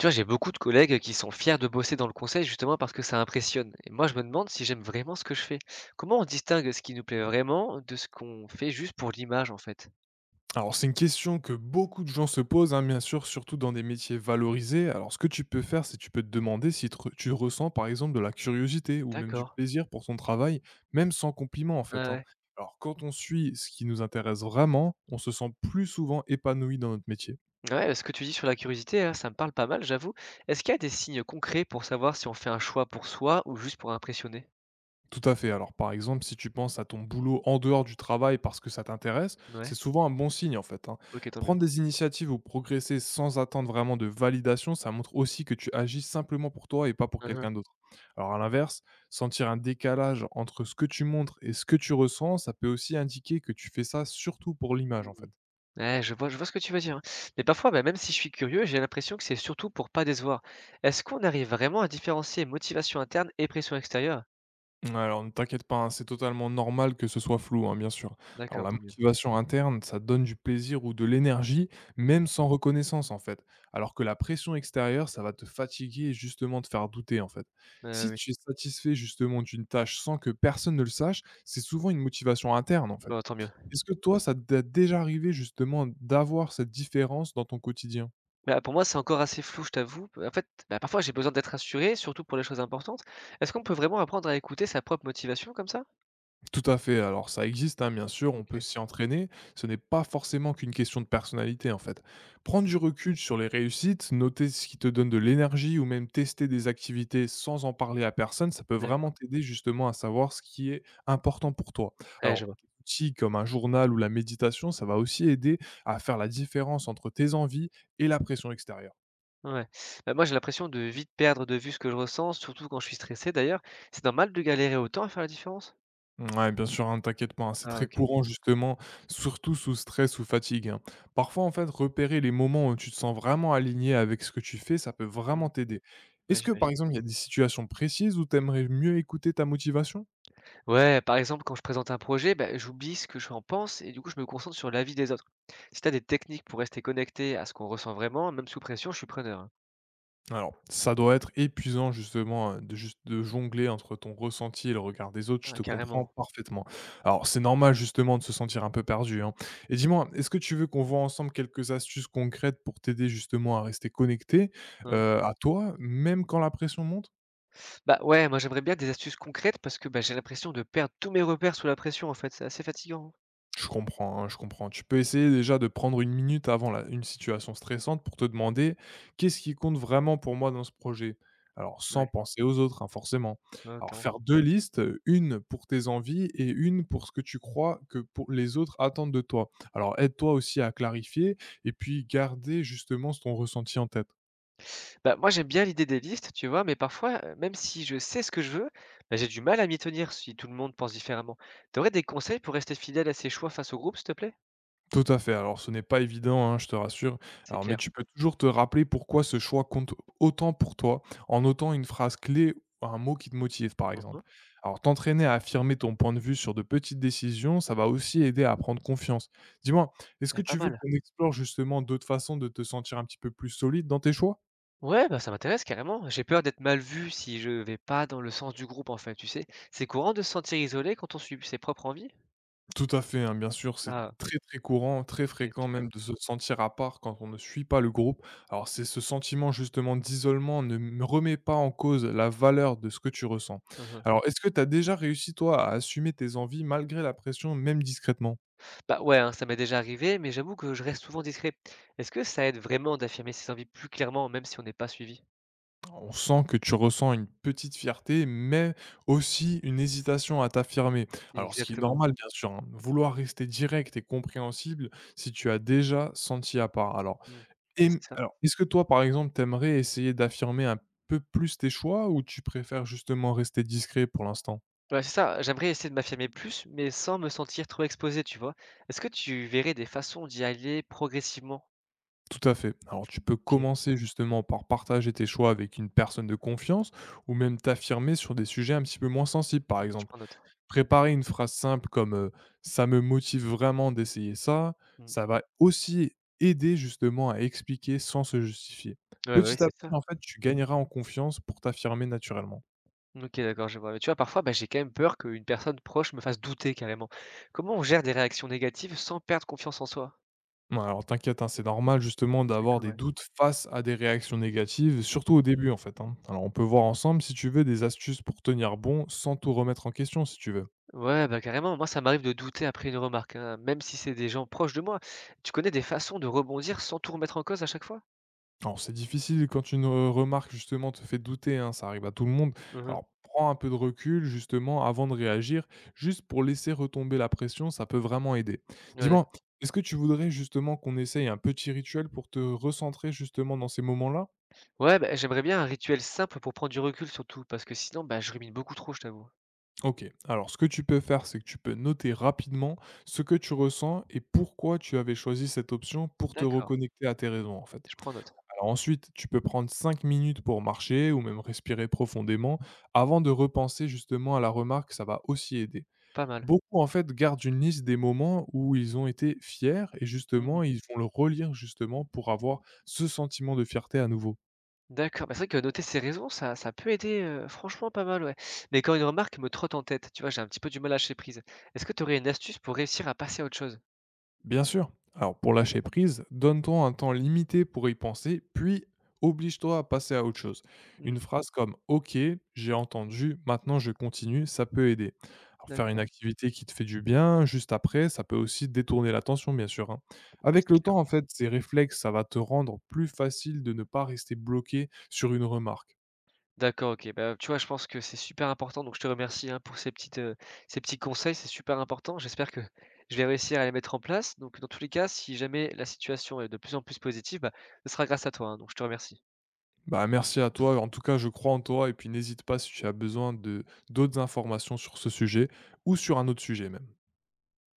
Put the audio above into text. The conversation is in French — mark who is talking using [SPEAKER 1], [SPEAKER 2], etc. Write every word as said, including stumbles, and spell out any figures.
[SPEAKER 1] Tu vois, j'ai beaucoup de collègues qui sont fiers de bosser dans le conseil justement parce que ça impressionne. Et moi, je me demande si j'aime vraiment ce que je fais. Comment on distingue ce qui nous plaît vraiment de ce qu'on fait juste pour l'image, en fait?
[SPEAKER 2] Alors, c'est une question que beaucoup de gens se posent, hein, bien sûr, surtout dans des métiers valorisés. Alors, ce que tu peux faire, c'est tu peux te demander si tr- tu ressens, par exemple, de la curiosité ou même du
[SPEAKER 1] D'accord.
[SPEAKER 2] plaisir pour ton travail, même sans compliment, en
[SPEAKER 1] Ouais,
[SPEAKER 2] fait, hein.
[SPEAKER 1] ouais.
[SPEAKER 2] Alors, quand on suit ce qui nous intéresse vraiment, on se sent plus souvent épanoui dans notre métier.
[SPEAKER 1] Ouais, ce que tu dis sur la curiosité, hein, ça me parle pas mal, j'avoue. Est-ce qu'il y a des signes concrets pour savoir si on fait un choix pour soi ou juste pour impressionner?
[SPEAKER 2] Tout à fait. Alors, par exemple, si tu penses à ton boulot en dehors du travail parce que ça t'intéresse, c'est
[SPEAKER 1] Ouais,
[SPEAKER 2] souvent un bon signe en fait, hein.
[SPEAKER 1] ok, tant mieux.
[SPEAKER 2] Prendre des initiatives ou progresser sans attendre vraiment de validation, ça montre aussi que tu agis simplement pour toi et pas pour
[SPEAKER 1] Uhum.
[SPEAKER 2] quelqu'un d'autre. Alors, à l'inverse, sentir un décalage entre ce que tu montres et ce que tu ressens, ça peut aussi indiquer que tu fais ça surtout pour l'image en
[SPEAKER 1] Hmm.
[SPEAKER 2] fait.
[SPEAKER 1] Ouais, je vois, je vois ce que tu veux dire, hein. Mais parfois, bah, même si je suis curieux, j'ai l'impression que c'est surtout pour pas décevoir. Est-ce qu'on arrive vraiment à différencier motivation interne et pression extérieure?
[SPEAKER 2] Ouais, alors ne t'inquiète pas, hein, c'est totalement normal que ce soit flou, hein, bien sûr. Alors
[SPEAKER 1] D'accord,
[SPEAKER 2] la
[SPEAKER 1] tant mieux.
[SPEAKER 2] motivation interne, ça donne du plaisir ou de l'énergie,
[SPEAKER 1] Mmh mh.
[SPEAKER 2] même sans reconnaissance en fait. Alors que la pression extérieure, ça va te fatiguer et justement te faire douter en fait.
[SPEAKER 1] Bah,
[SPEAKER 2] Si
[SPEAKER 1] oui.
[SPEAKER 2] tu es satisfait justement d'une tâche sans que personne ne le sache, c'est souvent une motivation interne en fait.
[SPEAKER 1] Bah, tant mieux.
[SPEAKER 2] Est-ce que toi, ça t'est déjà arrivé justement d'avoir cette différence dans ton quotidien?
[SPEAKER 1] Bah, pour moi, c'est encore assez flou, je t'avoue. P En fait, bah, parfois, j'ai besoin d'être rassuré, surtout pour les choses importantes. Est-ce qu'on peut vraiment apprendre à écouter sa propre motivation comme ça?
[SPEAKER 2] Tout à fait. Alors ça existe, hein, bien sûr, on peut
[SPEAKER 1] OK.
[SPEAKER 2] s'y entraîner. Ce n'est pas forcément qu'une question de personnalité, en fait. Prendre du
[SPEAKER 1] Mmh.
[SPEAKER 2] recul sur les réussites, noter ce qui te donne de l'énergie ou même tester des activités sans en parler à personne, ça peut vraiment
[SPEAKER 1] D'accord.
[SPEAKER 2] t'aider justement à savoir ce qui est important pour toi.
[SPEAKER 1] Ouais, je
[SPEAKER 2] Alors,
[SPEAKER 1] vois.
[SPEAKER 2] des outils comme un journal ou la méditation, ça va aussi aider à faire la différence entre tes envies et la pression extérieure.
[SPEAKER 1] Ouais. Bah, moi, j'ai l'impression de vite perdre de vue ce que je ressens, surtout quand je suis stressé d'ailleurs. C'est normal de galérer autant à faire la différence?
[SPEAKER 2] Ouais, bien sûr, hein, t'inquiète pas, hein, c'est
[SPEAKER 1] Ah
[SPEAKER 2] très
[SPEAKER 1] OK.
[SPEAKER 2] courant justement, surtout sous stress ou fatigue, hein. Parfois, en fait, repérer les moments où tu te sens vraiment aligné avec ce que tu fais, ça peut
[SPEAKER 1] Mmh.
[SPEAKER 2] vraiment t'aider.
[SPEAKER 1] Ouais,
[SPEAKER 2] Est-ce que, par
[SPEAKER 1] j'imagine.
[SPEAKER 2] exemple, il y a des situations précises où t'aimerais mieux écouter ta motivation?
[SPEAKER 1] Ouais, par exemple, quand je présente un projet, bah, j'oublie ce que j'en pense et du coup, je me concentre sur l'avis des autres. Si tu as des techniques pour rester connecté à ce qu'on ressent vraiment, même sous pression, je suis preneur, hein.
[SPEAKER 2] Alors, ça doit être épuisant justement, heu, de juste de jongler entre ton ressenti et le regard des autres, je
[SPEAKER 1] Ouais,
[SPEAKER 2] te comprends
[SPEAKER 1] carrément,
[SPEAKER 2] parfaitement. Alors c'est normal justement de se sentir un peu perdu, hein. Et dis-moi, est-ce que tu veux qu'on voit ensemble quelques astuces concrètes pour t'aider justement à rester connecté,
[SPEAKER 1] hein.
[SPEAKER 2] heu, à toi, même quand la pression monte?
[SPEAKER 1] Bah, ouais, moi j'aimerais bien des astuces concrètes parce que, bah, j'ai l'impression de perdre tous mes repères sous la pression en fait, c'est assez fatigant.
[SPEAKER 2] Je comprends, hein, je comprends. Tu peux essayer déjà de prendre une minute avant la- une situation stressante pour te demander qu'est-ce qui compte vraiment pour moi dans ce projet. Alors, sans
[SPEAKER 1] Ouais,
[SPEAKER 2] penser aux autres, hein, forcément.
[SPEAKER 1] ouais, ouais,
[SPEAKER 2] Alors,
[SPEAKER 1] clairement.
[SPEAKER 2] faire deux listes, une pour tes envies et une pour ce que tu crois que pour les autres attendent de toi. Alors, aide-toi aussi à clarifier et puis garder justement ton ressenti en tête.
[SPEAKER 1] Bah, moi j'aime bien l'idée des listes, tu vois? Mais parfois, heu, même si je sais ce que je veux, bah, j'ai du mal à m'y tenir si tout le monde pense différemment. T'aurais des conseils pour rester fidèle à ses choix face au groupe, s'il te plaît?
[SPEAKER 2] Tout à fait. Alors ce n'est pas évident, hein, je te rassure.
[SPEAKER 1] C'est
[SPEAKER 2] Alors mais
[SPEAKER 1] clair.
[SPEAKER 2] tu peux toujours te rappeler pourquoi ce choix compte autant pour toi, en notant une phrase clé ou un mot qui te motive, par
[SPEAKER 1] Mmh.
[SPEAKER 2] exemple. Alors t'entraîner à affirmer ton point de vue sur de petites décisions, ça va aussi aider à prendre confiance. Dis-moi, est-ce
[SPEAKER 1] Eh,
[SPEAKER 2] que
[SPEAKER 1] pas
[SPEAKER 2] tu veux
[SPEAKER 1] mal.
[SPEAKER 2] qu'on explore justement d'autres façons de te sentir un petit peu plus solide dans tes choix?
[SPEAKER 1] Ouais, bah, ça m'intéresse carrément. J'ai peur d'être mal vu si je vais pas dans le sens du groupe en fait, tu sais? C'est courant de se sentir isolé quand on suit ses propres envies?
[SPEAKER 2] Tout à fait, hein, bien sûr, c'est
[SPEAKER 1] Ah,
[SPEAKER 2] très, très courant, très
[SPEAKER 1] OK,
[SPEAKER 2] fréquent
[SPEAKER 1] super.
[SPEAKER 2] même de se sentir à part quand on ne suit pas le groupe. Alors c'est ce sentiment justement d'isolement ne me remet pas en cause la valeur de ce que tu ressens.
[SPEAKER 1] Mmh.
[SPEAKER 2] Alors est-ce que tu as déjà réussi toi à assumer tes envies malgré la pression, même discrètement?
[SPEAKER 1] Bah, ouais, hein, ça m'est déjà arrivé, mais j'avoue que je reste souvent discret. Est-ce que ça aide vraiment d'affirmer ses envies plus clairement, même si on n'est pas suivi?
[SPEAKER 2] On sent que tu ressens une petite fierté, mais aussi une hésitation à t'affirmer. Alors ce qui est
[SPEAKER 1] Exactement.
[SPEAKER 2] normal bien sûr, hein, vouloir rester direct et compréhensible si tu as déjà senti à part. Alors
[SPEAKER 1] Mmh. Bah,
[SPEAKER 2] et mmh,
[SPEAKER 1] c'est ça.
[SPEAKER 2] alors, est-ce que toi, par exemple, t'aimerais essayer d'affirmer un peu plus tes choix ou tu préfères justement rester discret pour l'instant?
[SPEAKER 1] Ouais, c'est ça. J'aimerais essayer de m'affirmer plus, mais sans me sentir trop exposé, tu vois? Est-ce que tu verrais des façons d'y aller progressivement?
[SPEAKER 2] Tout à fait. Alors, tu peux
[SPEAKER 1] OK.
[SPEAKER 2] commencer justement par partager tes choix avec une personne de confiance ou même t'affirmer sur des sujets un petit peu moins sensibles, par
[SPEAKER 1] Mmh, je
[SPEAKER 2] exemple.
[SPEAKER 1] prends note.
[SPEAKER 2] Préparer une phrase simple comme, heu: «Ça me motive vraiment d'essayer ça»,
[SPEAKER 1] Mmh.
[SPEAKER 2] ça va aussi aider justement à expliquer sans se justifier.
[SPEAKER 1] Ouais, bah, oui,
[SPEAKER 2] Petit à
[SPEAKER 1] c'est
[SPEAKER 2] petit,
[SPEAKER 1] ça.
[SPEAKER 2] en fait, tu gagneras en confiance pour t'affirmer naturellement.
[SPEAKER 1] OK, d'accord, je vois. Mais tu vois, parfois, bah, j'ai quand même peur qu'une personne proche me fasse douter carrément. Comment on gère des réactions négatives sans perdre confiance en soi?
[SPEAKER 2] Ouais, alors t'inquiète, hein, c'est normal justement d'avoir
[SPEAKER 1] D'accord,
[SPEAKER 2] des
[SPEAKER 1] ouais.
[SPEAKER 2] doutes face à des réactions négatives,
[SPEAKER 1] Mmh.
[SPEAKER 2] surtout au début en fait, hein. Alors on peut voir ensemble si tu veux des astuces pour tenir bon sans tout remettre en question si tu veux.
[SPEAKER 1] Ouais, bah, carrément. Moi, ça m'arrive de douter après une remarque, hein, même si c'est des gens proches de moi. Tu connais des façons de rebondir sans tout remettre en cause à chaque fois?
[SPEAKER 2] Alors c'est difficile quand une euh, remarque justement te fait douter, hein, ça arrive à tout le monde.
[SPEAKER 1] Mhm.
[SPEAKER 2] Alors prends un peu de recul justement avant de réagir, juste pour laisser retomber la pression, ça peut vraiment aider.
[SPEAKER 1] Ouais,
[SPEAKER 2] Dis-moi,
[SPEAKER 1] d'accord.
[SPEAKER 2] est-ce que tu voudrais justement qu'on essaye un petit rituel pour te recentrer justement dans ces moments-là?
[SPEAKER 1] Ouais, bah, j'aimerais bien un rituel simple pour prendre du recul surtout, parce que sinon, bah, je rumine beaucoup trop, je t'avoue.
[SPEAKER 2] OK. Alors, ce que tu peux faire, c'est que tu peux noter rapidement ce que tu ressens et pourquoi tu avais choisi cette option pour te
[SPEAKER 1] D'accord,
[SPEAKER 2] reconnecter à tes raisons, en fait.
[SPEAKER 1] je prends note.
[SPEAKER 2] Alors ensuite, tu peux prendre cinq minutes pour marcher ou même respirer profondément avant de repenser justement à la remarque, ça va aussi aider.
[SPEAKER 1] Pas mal.
[SPEAKER 2] Beaucoup, en fait, gardent une liste des moments où ils ont été fiers et
[SPEAKER 1] Mhm.
[SPEAKER 2] justement, ils vont le relire justement pour avoir ce sentiment de fierté à nouveau.
[SPEAKER 1] D'accord, bah, c'est vrai que noter ses raisons, ça, ça peut aider, euh, franchement, pas mal, ouais. Mais quand une remarque me trotte en tête, tu vois, j'ai un petit peu du mal à lâcher prise. Est-ce que tu aurais une astuce pour réussir à passer à autre chose?
[SPEAKER 2] Bien sûr. Alors pour lâcher prise, donne-toi un temps limité pour y penser, puis oblige-toi à passer à autre chose. Une
[SPEAKER 1] Mhm.
[SPEAKER 2] phrase comme OK, j'ai entendu, maintenant je continue, ça peut aider. Alors faire une
[SPEAKER 1] D'accord,
[SPEAKER 2] activité qui te fait du bien juste après, ça peut aussi détourner l'attention, bien sûr, hein.
[SPEAKER 1] ouais,
[SPEAKER 2] Avec
[SPEAKER 1] c'est
[SPEAKER 2] le
[SPEAKER 1] clair.
[SPEAKER 2] temps, en fait, ces réflexes, ça va te rendre plus facile de ne pas rester bloqué sur une remarque.
[SPEAKER 1] D'accord, OK. Bah, tu vois, je pense que c'est super important, donc je te remercie, hein, pour ces petites, heu, ces petits conseils, c'est super important. J'espère que je vais réussir à les mettre en place. Donc dans tous les cas, si jamais la situation est de plus en plus positive, bah, ce sera grâce à toi, hein, donc je te remercie.
[SPEAKER 2] Bah, merci à toi, en tout cas je crois en toi, et puis n'hésite pas si tu as besoin de d'autres informations sur ce sujet ou sur un autre sujet même.